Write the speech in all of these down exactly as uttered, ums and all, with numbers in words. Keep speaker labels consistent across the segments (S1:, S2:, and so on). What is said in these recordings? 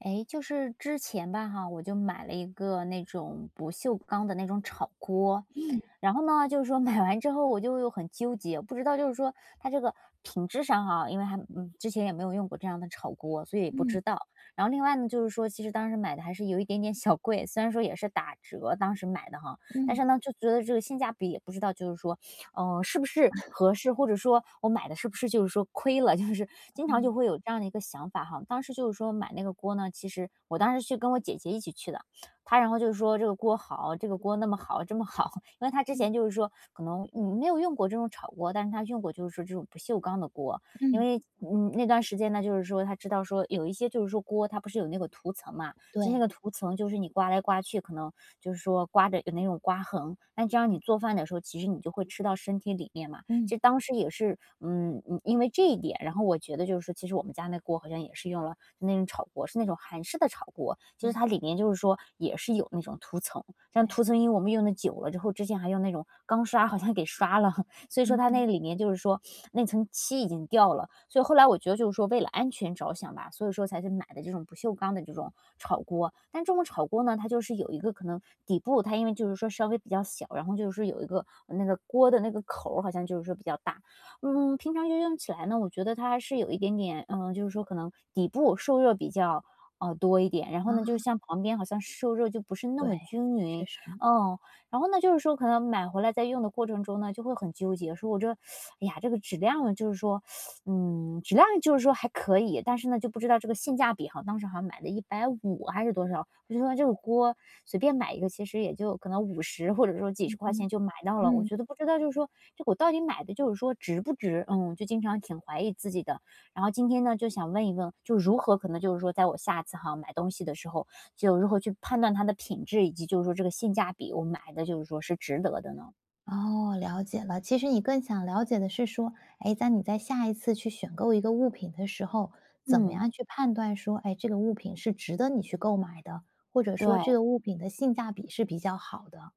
S1: 哎，就是之前吧哈，我就买了一个那种不锈钢的那种炒锅，
S2: 嗯
S1: 然后呢，就是说买完之后我就又很纠结，不知道就是说它这个品质上哈，因为还嗯之前也没有用过这样的炒锅，所以也不
S2: 嗯
S1: 知道。然后另外呢，就是说其实当时买的还是有一点点小贵，虽然说也是打折当时买的哈，但
S2: 嗯，
S1: 是呢就觉得这个性价比也不知道就是说呃，是不是合适，或者说我买的是不是就是说亏了，就是经常
S2: 嗯
S1: 就会有这样的一个想法哈。当时就是说买那个锅呢，其实我当时去跟我姐姐一起去的，她然后就是说这个锅好，这个锅那么好，这么好，因为她之前就是说可能嗯没有用过这种炒锅，但是她用过就是说这种不锈钢的锅，因为嗯那段时间呢，就是说她知道说有一些就是说锅它不是有那个涂层嘛，就那个涂层就是你刮来刮去，可能就是说刮着有那种刮痕，那这样你做饭的时候，其实你就会吃到身体里面嘛。其实当时也是，嗯，嗯，因为这一点，然后我觉得就是说，其实我们家那锅好像也是用了那种炒锅，是那种韩式的炒锅，就是它里面就是说也是有那种涂层，但涂层因为我们用的久了之后，之前还用那种钢刷好像给刷了，所以说它那里面就是说那层漆已经掉了，所以后来我觉得就是说为了安全着想吧，所以说才去买的这种不锈钢的这种炒锅。但这种炒锅呢，它就是有一个可能底部它因为就是说稍微比较小，然后就是有一个呃那个锅的那个口儿好像就是说比较大，嗯，平常就用起来呢，我觉得它还是有一点点，嗯，就是说可能底部受热比较呃多一点，然后呢，就是像旁边好像受热就不是那么均匀，嗯，然后呢，就是说可能买回来在用的过程中呢，就会很纠结，说我这，哎呀，这个质量呢就是说，嗯，质量就是说还可以，但是呢，就不知道这个性价比哈，当时好像买的一百五还是多少，我就说这个锅随便买一个，其实也就可能五十或者说
S2: 嗯嗯对对嗯对对嗯嗯啊对确实
S1: 几十块钱就买到了，
S2: 嗯
S1: 我
S2: 嗯
S1: 觉得不知道就是说这个我到底买的就是说值不值，嗯，就经常挺怀疑自己的。然后今天呢，就想问一问，就如何可能就是说在我下次哈买东西的时候，就如何去判断它的品质，以及就是说这个性价比，我买的就是说是值得的呢？
S2: 哦，了解了。其实你更想了解的是说，哎，在你在下一次去选购一个物品的时候，怎么
S1: 嗯，
S2: 样去判断说，哎，这个物品是值得你去购买的，或者
S1: 对，
S2: 说这个物品的性价比是比较好的？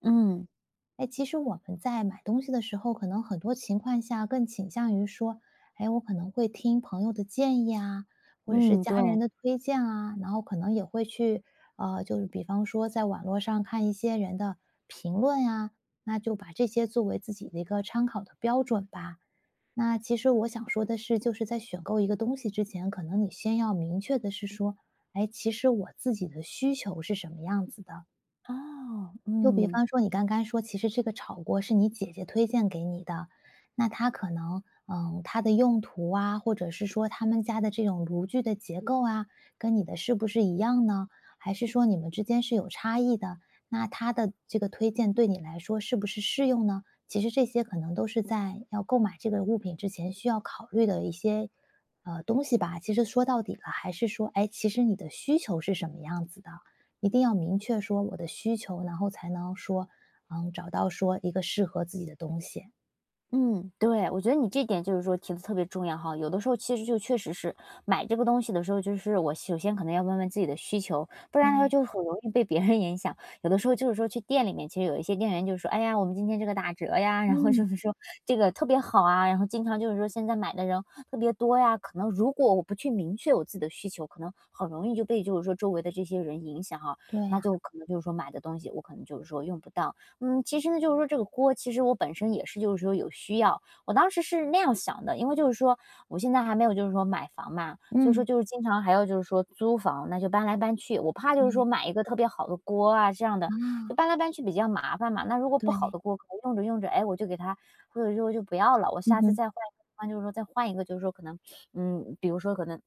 S1: 嗯，
S2: 哎，其实我们在买东西的时候，可能很多情况下更倾向于说，哎，我可能会听朋友的建议啊，或者是
S1: 嗯，
S2: 家人
S1: 对，
S2: 的推荐啊，然后可能也会去，呃，就是比方说在网络上看一些人的评论呀、那就把这些作为自己的一个参考的标准吧。那其实我想说的是，就是在选购一个东西之前，可能你先要明确的是说，哎，其实我自己的需求是什么样子的。
S1: 哦，
S2: 就比
S1: 嗯。
S2: 方说你刚刚说，其实这个炒锅是你姐姐推荐给你的，那它可能，嗯，它的用途啊，或者是说他们家的这种炉具的结构啊，跟你的是不是一样呢？还是说你们之间是有差异的？那它的这个推荐对你来说是不是适用呢？其实这些可能都是在要购买这个物品之前需要考虑的一些，呃，东西吧。其实说到底了，还是说，哎，其实你的需求是什么样子的？一定要明确说我的需求，然后才能说，嗯，找到说一个适合自己的东西。
S1: 嗯，对，我觉得你这点就是说提的特别重要哈。有的时候其实就确实是买这个东西的时候，就是我首先可能要问问自己的需求，不然的话
S2: 对，
S1: 就很容易被别人影响。有的时候就是说去店里面，其实有一些店员就是说："哎呀，我们今天这个打折呀，然后
S2: 嗯，
S1: 就是说这个特别好啊。"然后经常就是说现在买的人特别多呀。可能如果我不去明确我自己的需求，可能很容易就被就是说周围的这些人影响哈。
S2: 对
S1: 那
S2: 啊，
S1: 就可能就是说买的东西我可能就是说用不到。嗯，其实呢，就是说这个锅，其实我本身也是就是说有需要。我当时是那样想的，因为就是说我现在还没有就是说买房嘛，所以
S2: 嗯，
S1: 说就是经常还要就是说租房，那就搬来搬去。我怕就是说
S2: 对，
S1: 买一个特别好的锅啊这样的，
S2: 啊，
S1: 就搬来搬去比较麻烦嘛。那如果不好
S2: 对，
S1: 的锅，可能用着用着，哎，我就给它，或者说就不要了，我
S2: 嗯
S1: 下次
S2: 哼，
S1: 再换一个地方就是说再换一个，就是说可能，嗯，比如说可能。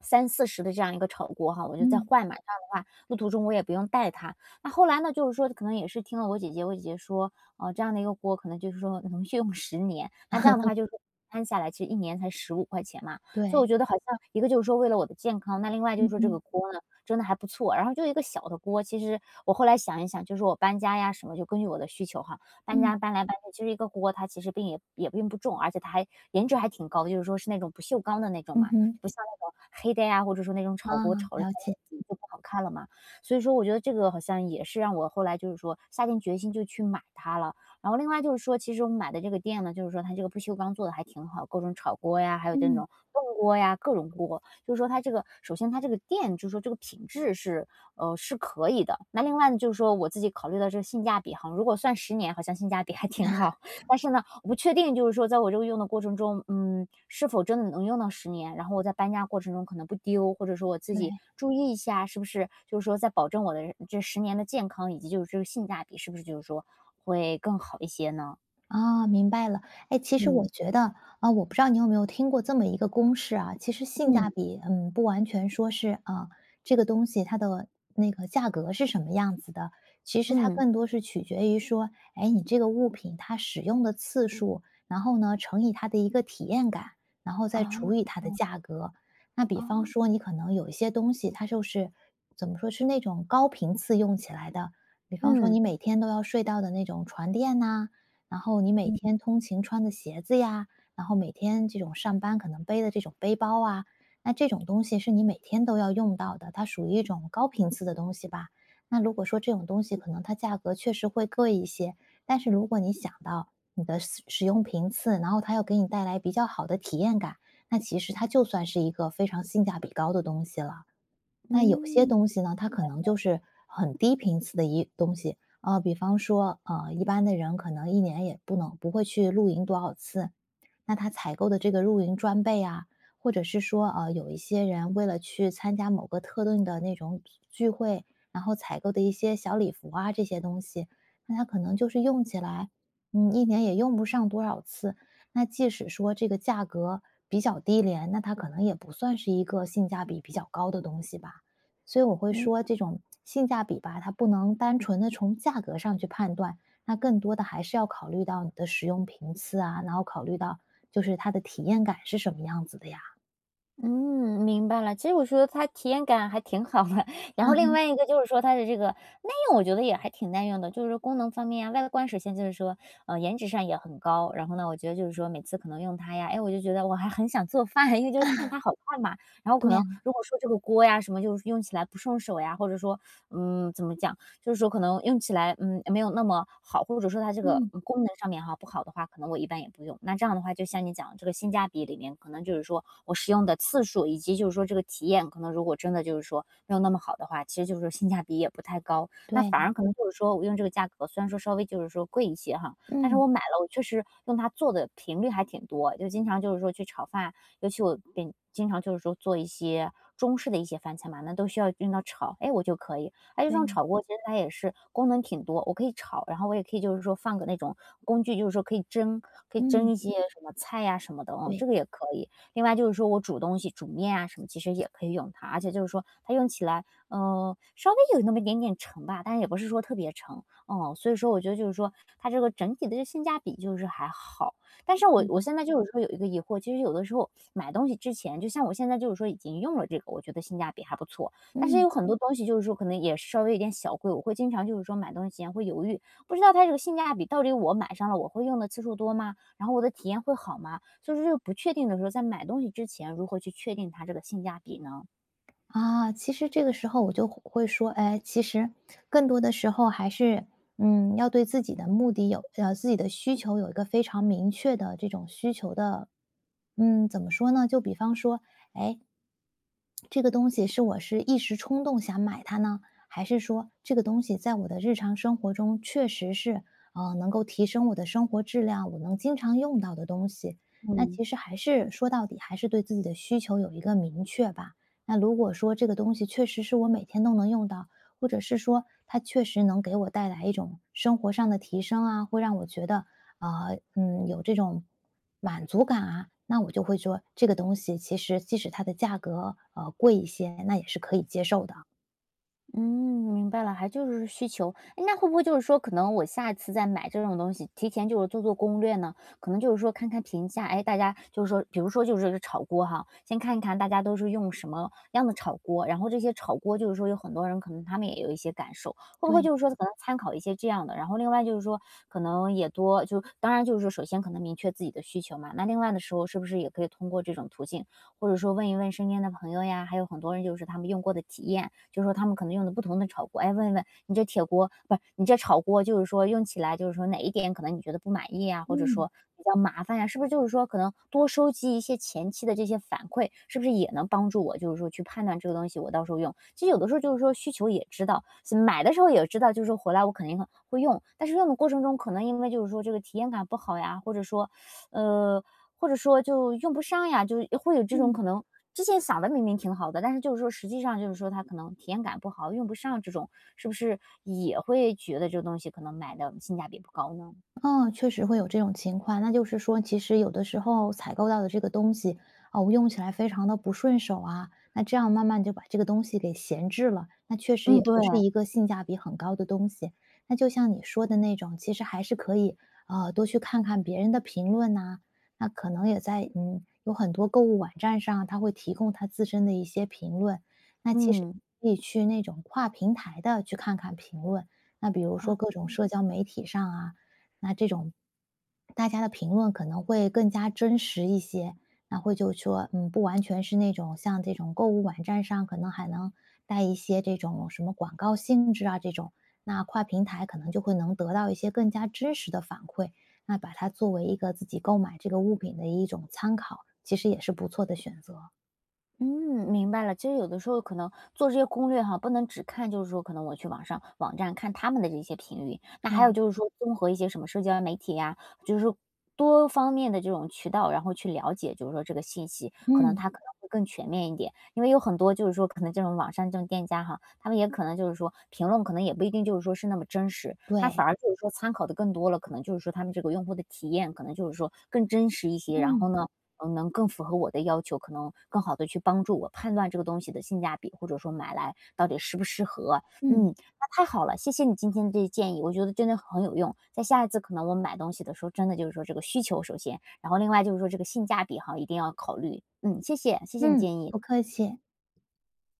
S1: 三四十的这样一个炒锅哈，我就再
S2: 嗯，
S1: 换嘛。这样的话，路途中我也不用带它，那后来呢，就是说可能也是听了我姐姐，我姐姐说，呃，这样的一个锅可能就是说能去用十年，那这样的话就是摊下来其实一年才十五块钱嘛。所以我
S2: 对，
S1: 觉得好像一个就是说为了我的健康，那另外就是
S2: 嗯
S1: 说这
S2: 哼，
S1: 个锅呢，真的还不错。然后就一个小的锅，其实我后来想一想，就是我搬家呀什么，就根据我的需求哈，搬
S2: 嗯，
S1: 家搬来搬去，其实一个锅它其实并也也并不重，而且它还颜值还挺高，的，就是说是那种不锈钢的那种
S2: 嗯
S1: 嘛，
S2: 哼，
S1: 不像那种黑的呀，或者说那种炒
S2: 啊，
S1: 锅炒着它
S2: 了解，
S1: 就不好看了嘛。所以说我觉得这个好像也是让我后来就是说下定决心就去买它了。然后另外就是说，其实我们买的这个店呢，就是说它这个不锈钢做的还挺好，各种炒锅呀，还有这
S2: 嗯，
S1: 种炖锅呀，各种锅。就是说它这个首先它这个店就是说这个品质是呃是可以的。那另外呢，就是说我自己考虑到这个性价比哈，如果算十年，好像性价比还挺好。但是呢，我不确定就是说在我这个用的过程中，嗯，是否真的能用到十年，然后我在搬家过程中可能不丢，或者说我自
S2: 对。
S1: 己注意一下，是不是就是说在保证我的这十年的健康，以及就是这个性价比，是不是就是说会更好一些呢？
S2: 啊，明白了。哎，其实我
S1: 嗯，
S2: 觉得啊，我不知道你有没有听过这么一个公式啊，其实性
S1: 嗯，
S2: 价比，嗯，不完全说是啊，这个东西它的那个价格是什么样子的，其实它
S1: 嗯，
S2: 更多是取决于说，哎，你这个物品它使用的次数，然后呢乘以它的一个体验感，然后再
S1: 啊，
S2: 除以它的价格。那比
S1: 啊
S2: 方说，你可能有一些东西，它就是怎么说是那种高频次用起来的，比方说你
S1: 嗯，
S2: 每天都要睡到的那种床垫呐、然后你每
S1: 嗯，
S2: 天通勤穿的鞋子呀，然后每天这种上班可能背的这种背包啊，那这种东西是你每天都要用到的，它属于一种高频次的东西吧。那如果说这种东西可能它价格确实会贵一些，但是如果你想到你的使使用频次，然后它又给你带来比较好的体验感，那其实它就算是一个非常性价比高的东西了。那有些
S1: 嗯，
S2: 东西呢，它可能就是很低频次的一东西啊、比方说，呃，一般的人可能一年也不能不会去露营多少次，那他采购的这个露营装备啊，或者是说，呃，有一些人为了去参加某个特定的那种聚会，然后采购的一些小礼服啊这些东西，那他可能就是用起来，嗯，一年也用不上多少次。那即使说这个价格比较低廉，那它可能也不算是一个性价比比较高的东西吧。所以我会
S1: 嗯。
S2: 说，这种性价比吧，它不能单纯的从价格上去判断，那更多的还是要考虑到你的使用频次啊，然后考虑到就是它的体验感是什么样子的呀？
S1: 嗯，明白了。其实我觉得它体验感还挺好的，然
S2: 嗯
S1: 后另
S2: 哼
S1: 外一个就是说它的这个耐用我觉得也还挺耐用的，就是说功能方面啊，外观首先就是说，呃，颜值上也很高，然后呢，我觉得就是说每次可能用它呀，哎，我就觉得我还很想做饭，因为就是看它好看嘛。然后可
S2: 对啊，
S1: 能如果说这个锅呀什么，就是用起来不顺手呀，或者说，嗯，怎么讲，就是说可能用起来，嗯，没有那么好，或者说它这个
S2: 嗯，
S1: 嗯功能上面哈不好的话，可能我一般也不用。那这样的话，就像你讲这个性价比里面，可能就是说我使用的次数，以及就是说这个体验，可能如果真的就是说没有那么好的话，其实就是性价比也不太高。那反
S2: 对，
S1: 而可能就是说我用这个价格，虽然说稍微就是说贵一些哈，但是
S2: 嗯，
S1: 我买了，我确实用它做的频率还挺多，就经常就是说去炒饭，尤其我经经常就是说做一些中式的一些饭菜嘛，那都需要用到炒，哎，我就可以。哎，这
S2: 对，
S1: 种炒锅其实它也是功能挺多，我可以炒，然后我也可以就是说放个那种工具，就是说可以蒸，可以蒸
S2: 嗯，
S1: 一些什么菜呀、什么的，嗯，
S2: 对，
S1: 这个也可以。另外就是说我煮东西，煮面啊什么，其实也可以用它，而且就是说它用起来，嗯，稍微有那么一点点沉吧，但是也不是说特别沉，嗯，所以说我觉得就是说它这个整体的这性价比就是还好。但是我我现在就是说有一个疑惑，其实有的时候买东西之前，就像我现在就是说已经用了这个，我觉得性价比还不错，但是
S2: 嗯。
S1: 有很多东西就是说可能也稍微有点小贵，我会经常就是说买东西前会犹豫，不知道它这个性价比到底我买上了我会用的次数多吗？然后我的体验会好吗？所以说这个不确定的时候，在买东西之前如何去确定它这个性价比呢？
S2: 啊，其实这个时候我就会说，哎，其实更多的时候还是，嗯，要对自己的目的有，呃，自己的需求有一个非常明确的这种需求的，嗯，怎么说呢？就比方说，哎，这个东西是我是一时冲动想买它呢，还是说这个东西在我的日常生活中确实是，呃，能够提升我的生活质量，我能经常用到的东西？那
S1: 嗯。
S2: 其实还是说到底，还是对自己的需求有一个明确吧。那如果说这个东西确实是我每天都能用到，或者是说它确实能给我带来一种生活上的提升啊，会让我觉得啊、呃嗯有这种满足感啊，那我就会说这个东西其实即使它的价格呃贵一些，那也是可以接受的。
S1: 嗯，明白了，还就是需求。诶，那会不会就是说可能我下次再买这种东西，提前就是做做攻略呢？可能就是说看看评价，哎，大家就是说比如说就是这个炒锅哈，先看一看大家都是用什么样的炒锅，然后这些炒锅就是说有很多人可能他们也有一些感受，会不会
S2: 对，
S1: 就是说可能参考一些这样的，然后另外就是说可能也多就当然就是说首先可能明确自己的需求嘛，那另外的时候是不是也可以通过这种途径或者说问一问身边的朋友呀，还有很多人就是他们用过的体验，就是说他们可能用的不同的炒锅，哎，问一问你这铁锅不是你这炒锅，就是说用起来就是说哪一点可能你觉得不满意啊，或者
S2: 嗯
S1: 说比较麻烦呀、是不是就是说可能多收集一些前期的这些反馈，是不是也能帮助我就是说去判断这个东西我到时候用？其实有的时候就是说需求也知道，是买的时候也知道，就是说回来我肯定会用，但是用的过程中可能因为就是说这个体验感不好呀，或者说呃，或者说就用不上呀，就会有这种
S2: 嗯。
S1: 可能之前想的明明挺好的，但是就是说实际上就是说它可能体验感不好，用不上这种，是不是也会觉得这个东西可能买的性价比不高呢？
S2: 嗯，确实会有这种情况。那就是说，其实有的时候采购到的这个东西，啊，我用起来非常的不顺手啊，那这样慢慢就把这个东西给闲置了，那确实
S1: 嗯，
S2: 也
S1: 对，
S2: 不是一个性价比很高的东西。那就像你说的那种，其实还是可以，呃，多去看看别人的评论呐、那可能也在，嗯，有很多购物网站上啊，它会提供它自身的一些评论。那其实
S1: 嗯。
S2: 可以去那种跨平台的去看看评论，那比如说各种社交媒体上啊。那这种大家的评论可能会更加真实一些，那会就说，嗯，不完全是那种像这种购物网站上可能还能带一些这种什么广告性质啊这种，那跨平台可能就会能得到一些更加真实的反馈，那把它作为一个自己购买这个物品的一种参考，其实也是不错的选择。
S1: 嗯，明白了。其实有的时候可能做这些攻略哈，不能只看，就是说可能我去网上网站看他们的这些评语，那还有
S2: 对，
S1: 就是说综合一些什么社交媒体呀，就是多方面的这种渠道，然后去了解，就是说这个信息，可能
S2: 嗯，
S1: 它可能会更全面一点。因为有很多就是说可能这种网上这种店家哈，他们也可能就是说评论可能也不一定就是说是那么真实，那反
S2: 对，
S1: 而就是说参考的更多了，可能就是说他们这个用户的体验可能就是说更真实一些，然后
S2: 嗯，
S1: 呢，嗯，能更符合我的要求，可能更好的去帮助我判断这个东西的性价比，或者说买来到底适不适合。嗯，
S2: 嗯，
S1: 那太好了，谢谢你今天的这些建议，我觉得真的很有用。在下一次可能我买东西的时候，真的就是说这个需求首先，然后另外就是说这个性价比哈，一定要考虑。嗯，谢谢，谢谢你
S2: 嗯，
S1: 建议。
S2: 不客气。